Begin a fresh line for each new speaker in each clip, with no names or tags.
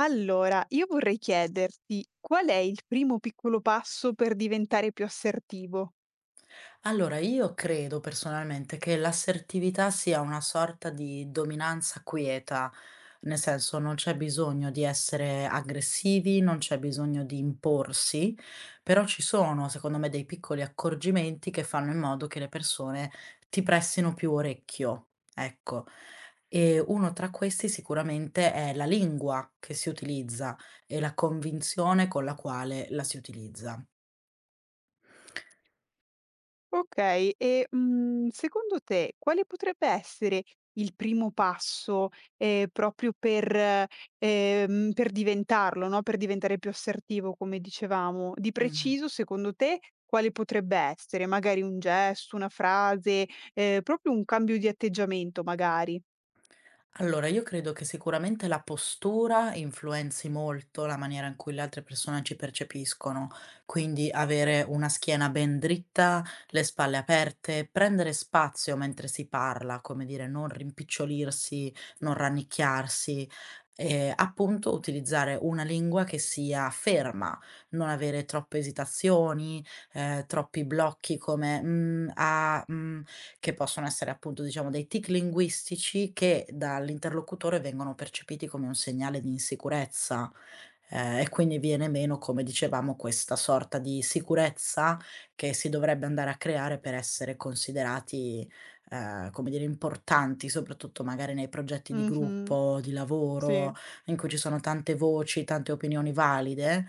Allora, io vorrei chiederti qual è il primo piccolo passo per diventare più assertivo?
Allora, io credo personalmente che l'assertività sia una sorta di dominanza quieta, nel senso non c'è bisogno di essere aggressivi, non c'è bisogno di imporsi, però ci sono, secondo me, dei piccoli accorgimenti che fanno in modo che le persone ti prestino più orecchio, ecco. E uno tra questi sicuramente è la lingua che si utilizza e la convinzione con la quale la si utilizza.
Okay, e, secondo te quale potrebbe essere il primo passo, proprio per diventarlo, no, per diventare più assertivo come dicevamo. Di
Mh.
preciso secondo te quale potrebbe essere? Magari un gesto, una frase, proprio un cambio di atteggiamento magari.
Allora, io credo che sicuramente la postura influenzi molto la maniera in cui le altre persone ci percepiscono, quindi avere una schiena ben dritta, le spalle aperte, prendere spazio mentre si parla, come dire, non rimpicciolirsi, non rannicchiarsi, e appunto utilizzare una lingua che sia ferma, non avere troppe esitazioni, troppi blocchi come "Mm, ah, mm", che possono essere appunto, diciamo, dei tic linguistici che dall'interlocutore vengono percepiti come un segnale di insicurezza. E quindi viene meno, come dicevamo, questa sorta di sicurezza che si dovrebbe andare a creare per essere considerati, come dire, importanti, soprattutto magari nei progetti di
Mh-mh.
gruppo, di
Sì,
lavoro, in cui ci sono tante voci, tante opinioni valide.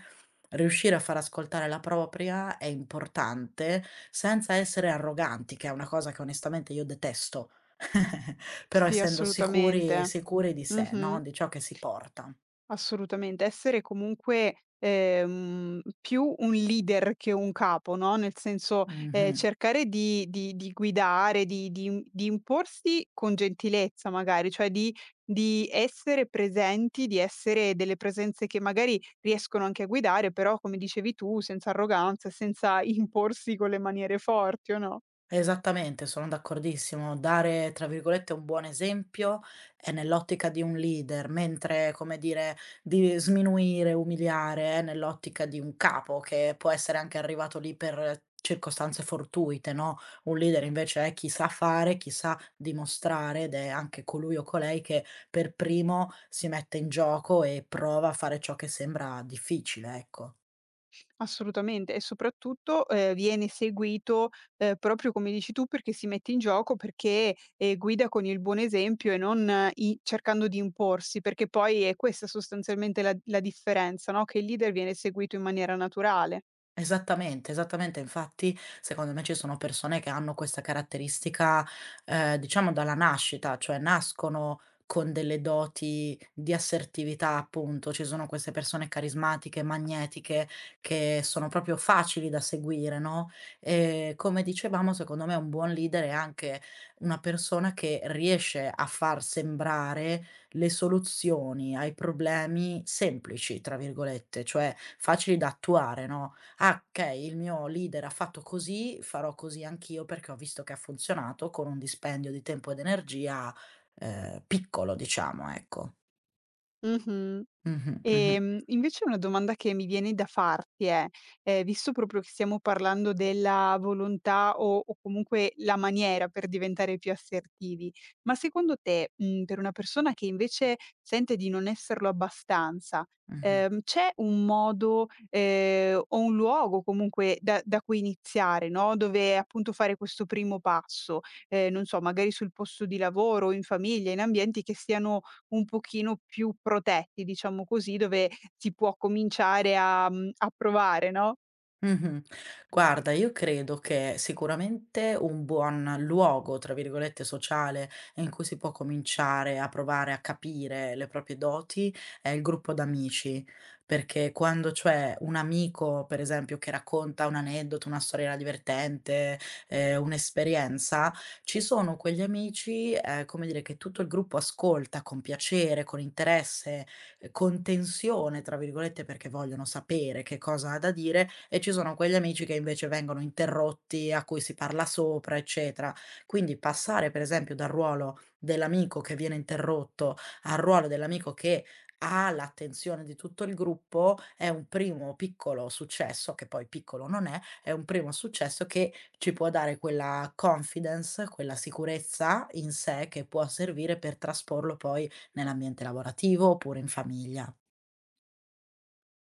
Riuscire a far ascoltare la propria è importante, senza essere arroganti, che è una cosa che onestamente io detesto, però
sì,
essendo sicuri e
assolutamente.
sicuri di sé,
Mh-mh.
no, di ciò che si porta.
Assolutamente, essere comunque, più un leader che un capo, no, nel senso,
Mh-mh.
cercare di guidare, di imporsi con gentilezza magari, cioè di essere presenti, di essere delle presenze che magari riescono anche a guidare, però come dicevi tu, senza arroganza, senza imporsi con le maniere forti, o no?
Esattamente, sono d'accordissimo. Dare, tra virgolette, "un buon esempio" è nell'ottica di un leader, mentre, come dire, di sminuire, umiliare è nell'ottica di un capo che può essere anche arrivato lì per circostanze fortuite, no, un leader invece è chi sa fare, chi sa dimostrare ed è anche colui o colei che per primo si mette in gioco e prova a fare ciò che sembra difficile, ecco.
Assolutamente, e soprattutto, viene seguito, proprio come dici tu, perché si mette in gioco, perché, guida con il buon esempio e non i cercando di imporsi, perché poi è questa sostanzialmente la differenza, no, che il leader viene seguito in maniera naturale.
Esattamente, esattamente. Infatti, secondo me ci sono persone che hanno questa caratteristica, diciamo dalla nascita, cioè nascono con delle doti di assertività, appunto. Ci sono queste persone carismatiche, magnetiche, che sono proprio facili da seguire, no, come dicevamo, secondo me un buon leader è anche una persona che riesce a far sembrare le soluzioni ai problemi "semplici", tra virgolette, cioè facili da attuare, no. Ah, okay, il mio leader ha fatto così, farò così anch'io perché ho visto che ha funzionato con un dispendio di tempo ed energia, piccolo diciamo, ecco.
Mh-mh.
Mh-mh, mh-mh,
Invece una domanda che mi viene da farti è, visto proprio che stiamo parlando della volontà o comunque la maniera per diventare più assertivi, ma secondo te, per una persona che invece sente di non esserlo abbastanza,
mh-mh.
c'è un modo, o un luogo comunque da cui iniziare, no, dove appunto fare questo primo passo? Non so, magari sul posto di lavoro, in famiglia, in ambienti che siano un pochino più protetti, diciamo così, dove si può cominciare a a provare, no?
Mh-mh. Guarda, io credo che sicuramente un buon "luogo" tra virgolette sociale in cui si può cominciare a provare a capire le proprie doti è il gruppo d'amici, perché quando c'è un amico, per esempio, che racconta un aneddoto, una storiella divertente, un'esperienza, ci sono quegli amici, come dire, che tutto il gruppo ascolta con piacere, con interesse, con tensione, tra virgolette, perché vogliono sapere che cosa ha da dire, e ci sono quegli amici che invece vengono interrotti, a cui si parla sopra, eccetera. Quindi passare per esempio dal ruolo dell'amico che viene interrotto, al ruolo dell'amico che ha l'attenzione di tutto il gruppo, è un primo piccolo successo, che poi piccolo non è, è un primo successo che ci può dare quella confidence, quella sicurezza in sé che può servire per trasporlo poi nell'ambiente lavorativo oppure in famiglia.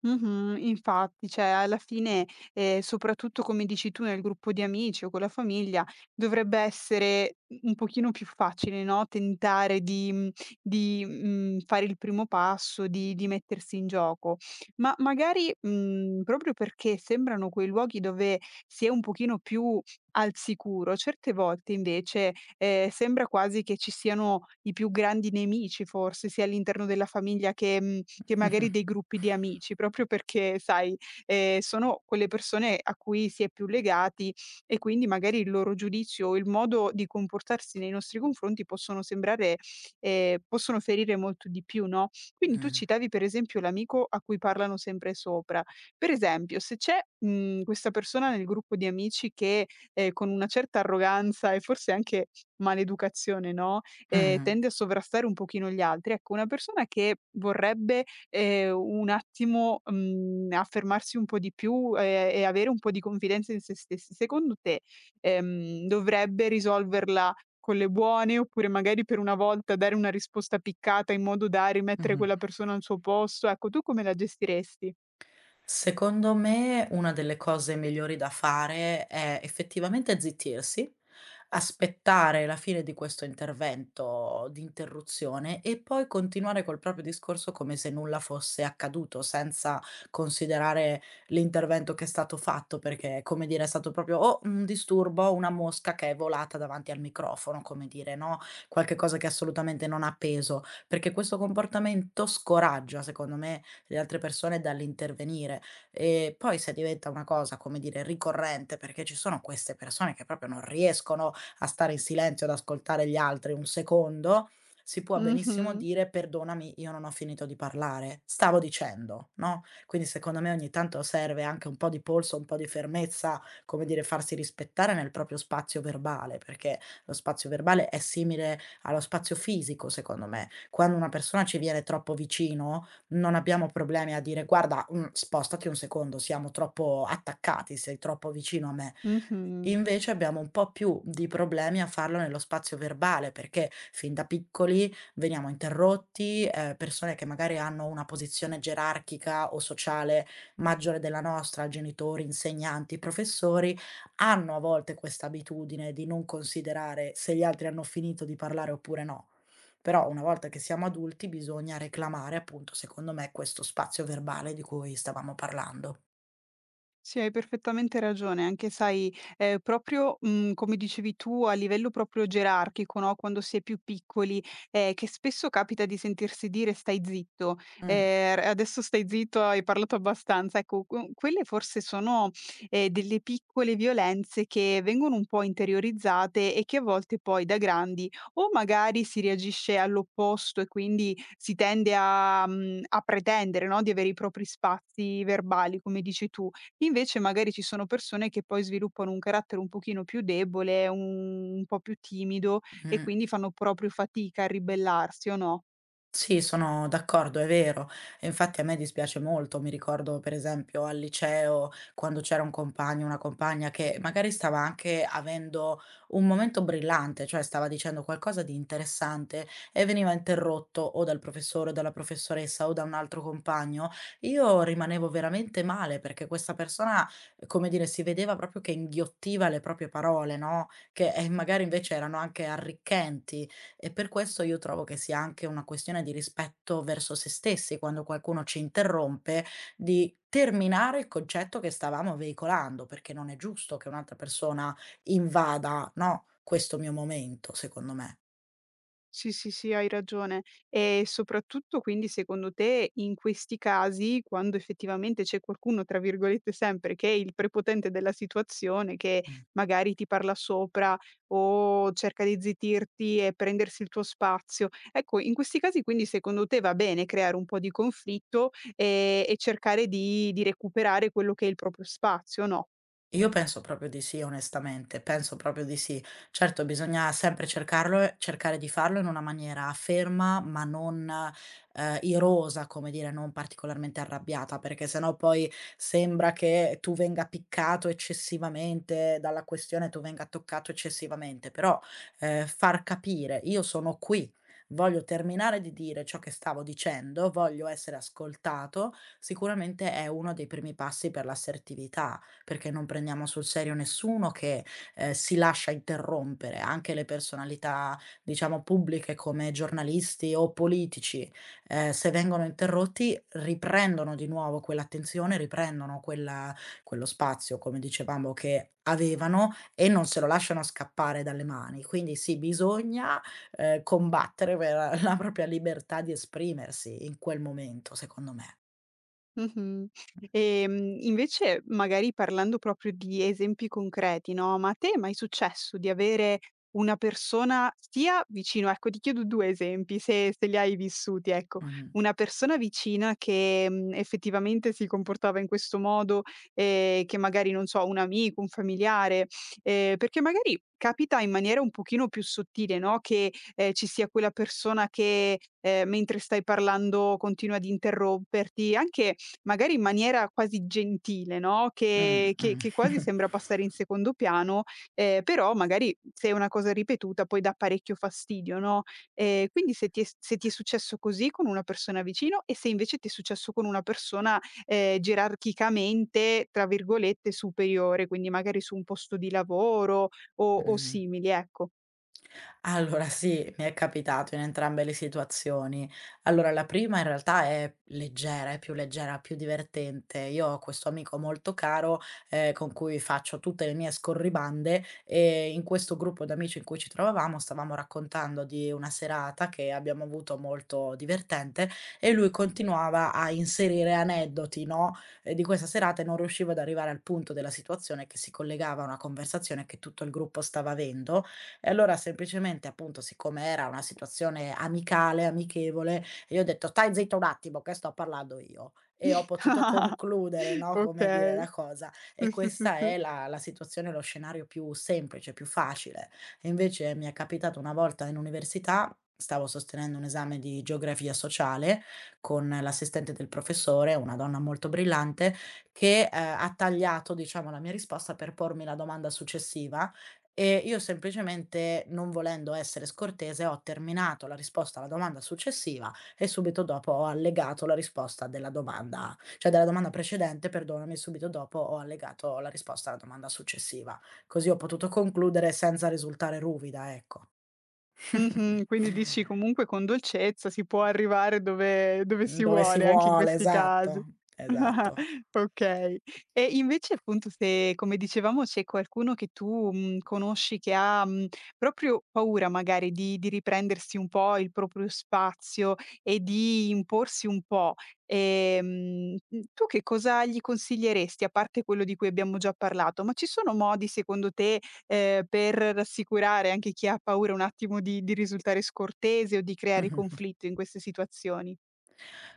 Mh-mh, infatti, cioè alla fine, soprattutto come dici tu nel gruppo di amici o con la famiglia, dovrebbe essere u un pochino più facile, no, tentare di fare il primo passo, di mettersi in gioco. Ma magari, proprio perché sembrano quei luoghi dove si è un pochino più al sicuro. Certe volte invece, sembra quasi che ci siano i più grandi nemici forse, sia all'interno della famiglia che che magari dei gruppi di amici, proprio perché sai, sono quelle persone a cui si è più legati, e quindi magari il loro giudizio o il modo di comportarsi nei nostri confronti possono sembrare, possono ferire molto di più, no, quindi tu
Mh.
citavi per esempio l'amico a cui parlano sempre sopra. Per esempio, se c'è, questa persona nel gruppo di amici che, con una certa arroganza e forse anche maleducazione, no,
Mh-mh.
tende a sovrastare un pochino gli altri. Ecco, una persona che vorrebbe, un attimo, affermarsi un po' di più, e avere un po' di confidenza in se stessi, secondo te, dovrebbe risolverla con le buone, oppure magari per una volta dare una risposta piccata in modo da rimettere
Mh-mh.
quella persona al suo posto? Ecco, tu come la gestiresti?
Secondo me una delle cose migliori da fare è effettivamente zittirsi, aspettare la fine di questo intervento di interruzione e poi continuare col proprio discorso come se nulla fosse accaduto, senza considerare l'intervento che è stato fatto, perché come dire è stato proprio o un disturbo, una mosca che è volata davanti al microfono, come dire, no, qualche cosa che assolutamente non ha peso, perché questo comportamento scoraggia, secondo me, le altre persone dall'intervenire. E poi se diventa una cosa, come dire, ricorrente, perché ci sono queste persone che proprio non riescono a stare in silenzio, ad ascoltare gli altri un secondo, si può benissimo
Mh-mh.
dire: "Perdonami, io non ho finito di parlare, stavo dicendo", no, quindi secondo me ogni tanto serve anche un po' di polso, un po' di fermezza, come dire, farsi rispettare nel proprio spazio verbale, perché lo spazio verbale è simile allo spazio fisico, secondo me. Quando una persona ci viene troppo vicino, non abbiamo problemi a dire: "Guarda, mhmm, spostati un secondo, siamo troppo attaccati, sei troppo vicino a me".
Mh-mh.
Invece abbiamo un po' più di problemi a farlo nello spazio verbale, perché fin da piccoli veniamo interrotti, persone che magari hanno una posizione gerarchica o sociale maggiore della nostra, genitori, insegnanti, professori, hanno a volte questa abitudine di non considerare se gli altri hanno finito di parlare oppure no. Però una volta che siamo adulti bisogna reclamare, appunto, secondo me, questo spazio verbale di cui stavamo parlando.
Sì, hai perfettamente ragione. Anche sai, proprio, come dicevi tu a livello proprio gerarchico, no, quando si è più piccoli, che spesso capita di sentirsi dire: "Stai zitto",
Mh,
r "Adesso stai zitto, hai parlato abbastanza". Ecco, qu quelle forse sono, delle piccole violenze che vengono un po' interiorizzate e che a volte poi da grandi o magari si reagisce all'opposto, e quindi si tende a a pretendere, no, di avere i propri spazi verbali, come dici tu. Invece magari ci sono persone che poi sviluppano un carattere un pochino più debole, un po' più timido, e
mh.
quindi fanno proprio fatica a ribellarsi, o no?
Sì, sono d'accordo, è vero. E infatti a me dispiace molto. Mi ricordo per esempio al liceo quando c'era un compagno, una compagna che magari stava anche avendo un momento brillante, cioè stava dicendo qualcosa di interessante e veniva interrotto o dal professore o dalla professoressa o da un altro compagno. Io rimanevo veramente male perché questa persona, come dire, si vedeva proprio che inghiottiva le proprie parole, no? Che magari invece erano anche arricchenti. E per questo io trovo che sia anche una questione di rispetto verso se stessi, quando qualcuno ci interrompe, di terminare il concetto che stavamo veicolando, perché non è giusto che un'altra persona invada, no, questo mio momento, secondo me.
Sì, sì, sì, hai ragione. E soprattutto quindi secondo te in questi casi, quando effettivamente c'è qualcuno, tra virgolette, sempre che è il prepotente della situazione, che
Mh.
magari ti parla sopra o cerca di zittirti e prendersi il tuo spazio, ecco, in questi casi quindi secondo te va bene creare un po' di conflitto e cercare di recuperare quello che è il proprio spazio, no?
Io penso proprio di sì, onestamente, penso proprio di sì. Certo, bisogna sempre cercarlo e cercare di farlo in una maniera ferma, ma non, irosa, come dire, non particolarmente arrabbiata, perché sennò poi sembra che tu venga piccato eccessivamente dalla questione, tu venga toccato eccessivamente. Però, far capire: "Io sono qui, voglio terminare di dire ciò che stavo dicendo, voglio essere ascoltato", sicuramente è uno dei primi passi per l'assertività. Perché non prendiamo sul serio nessuno che, si lascia interrompere, anche le personalità, diciamo, pubbliche come giornalisti o politici, se vengono interrotti riprendono di nuovo quell'attenzione, riprendono quella quello spazio, come dicevamo, che avevano e non se lo lasciano scappare dalle mani. Quindi sì, bisogna, combattere per la propria libertà di esprimersi in quel momento, secondo me.
Mh-mh. Invece magari parlando proprio di esempi concreti, no, ma a te è mai successo di avere una persona sia vicino, ecco, ti chiedo 2 esempi, se li hai vissuti, ecco.
Mh-mh.
Una persona vicina che, effettivamente si comportava in questo modo, che magari non so, un amico, un familiare, perché magari capita in maniera un pochino più sottile, no, che, ci sia quella persona che, mentre stai parlando continua ad interromperti, anche magari in maniera quasi gentile, no,
Mh,
che quasi
mh.
sembra passare in secondo piano, però magari se è una cosa ripetuta poi dà parecchio fastidio, no, quindi se ti è s se ti è successo così con una persona vicino, e se invece ti è successo con una persona, gerarchicamente, tra virgolette, "superiore", quindi magari su un posto di lavoro o
Mh-mh.
simili, ecco.
Allora sì, mi è capitato in entrambe le situazioni. Allora la prima in realtà è leggera, è più leggera, più divertente. Io ho questo amico molto caro, con cui faccio tutte le mie scorribande e in questo gruppo d'amici in cui ci trovavamo stavamo raccontando di una serata che abbiamo avuto molto divertente e lui continuava a inserire aneddoti, no, di questa serata e non riusciva ad arrivare al punto della situazione che si collegava a una conversazione che tutto il gruppo stava avendo e allora semplicemente, appunto, siccome era una situazione amicale, amichevole, io ho detto: "Stai zitta un attimo che sto parlando io." E ho potuto concludere, no, come dire,
Okay.
la cosa. E
Sì, sì, sì,
questa
sì.
è la situazione, lo scenario più semplice, più facile. E invece mi è capitato una volta in università, stavo sostenendo un esame di geografia sociale con l'assistente del professore, una donna molto brillante, che, ha tagliato, diciamo, la mia risposta per pormi la domanda successiva, e io semplicemente, non volendo essere scortese, ho terminato la risposta alla domanda successiva e subito dopo ho allegato la risposta della domanda cioè della domanda precedente, perdonami, subito dopo ho allegato la risposta alla domanda successiva. Così ho potuto concludere senza risultare ruvida, ecco.
Mh-mh. Quindi dici comunque con dolcezza si può arrivare dove si
Dove si
vuole anche in
vuole,
questi casi.
esatto, esatto.
Okay. E invece appunto se, come dicevamo, c'è qualcuno che tu, conosci che ha, proprio paura magari di riprendersi un po' il proprio spazio e di imporsi un po', ehm, tu che cosa gli consiglieresti? A parte quello di cui abbiamo già parlato, ma ci sono modi secondo te, per rassicurare anche chi ha paura un attimo di risultare scortese o di creare conflitto in queste situazioni.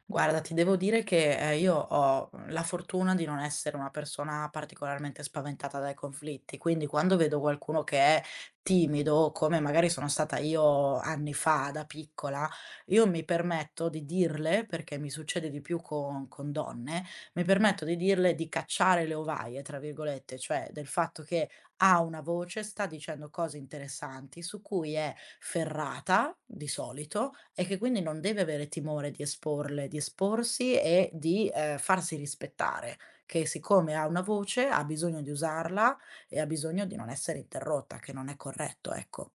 Guarda, ti devo dire che, io ho la fortuna di non essere una persona particolarmente spaventata dai conflitti, quindi quando vedo qualcuno che è timido, come magari sono stata io anni fa da piccola, io mi permetto di dirle, perché mi succede di più con donne, mi permetto di dirle di "cacciare le ovaie" tra virgolette, cioè del fatto che ha una voce, sta dicendo cose interessanti su cui è ferrata, di solito, e che quindi non deve avere timore di esporle, di esporsi e di, farsi rispettare, che siccome ha una voce ha bisogno di usarla e ha bisogno di non essere interrotta, che non è corretto, ecco.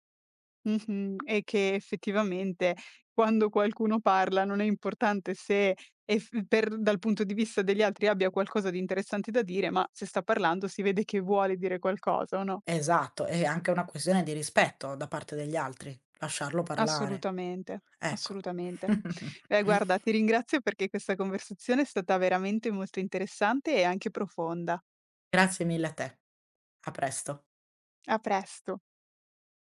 Mh-mh. E che effettivamente quando qualcuno parla non è importante se eff per dal punto di vista degli altri abbia qualcosa di interessante da dire, ma se sta parlando si vede che vuole dire qualcosa, o no?
Esatto, è anche una questione di rispetto da parte degli altri, lasciarlo parlare,
Assolutamente,
ecco.
assolutamente. Beh, guarda, ti ringrazio perché questa conversazione è stata veramente molto interessante e anche profonda.
Grazie mille a te. A presto.
A presto.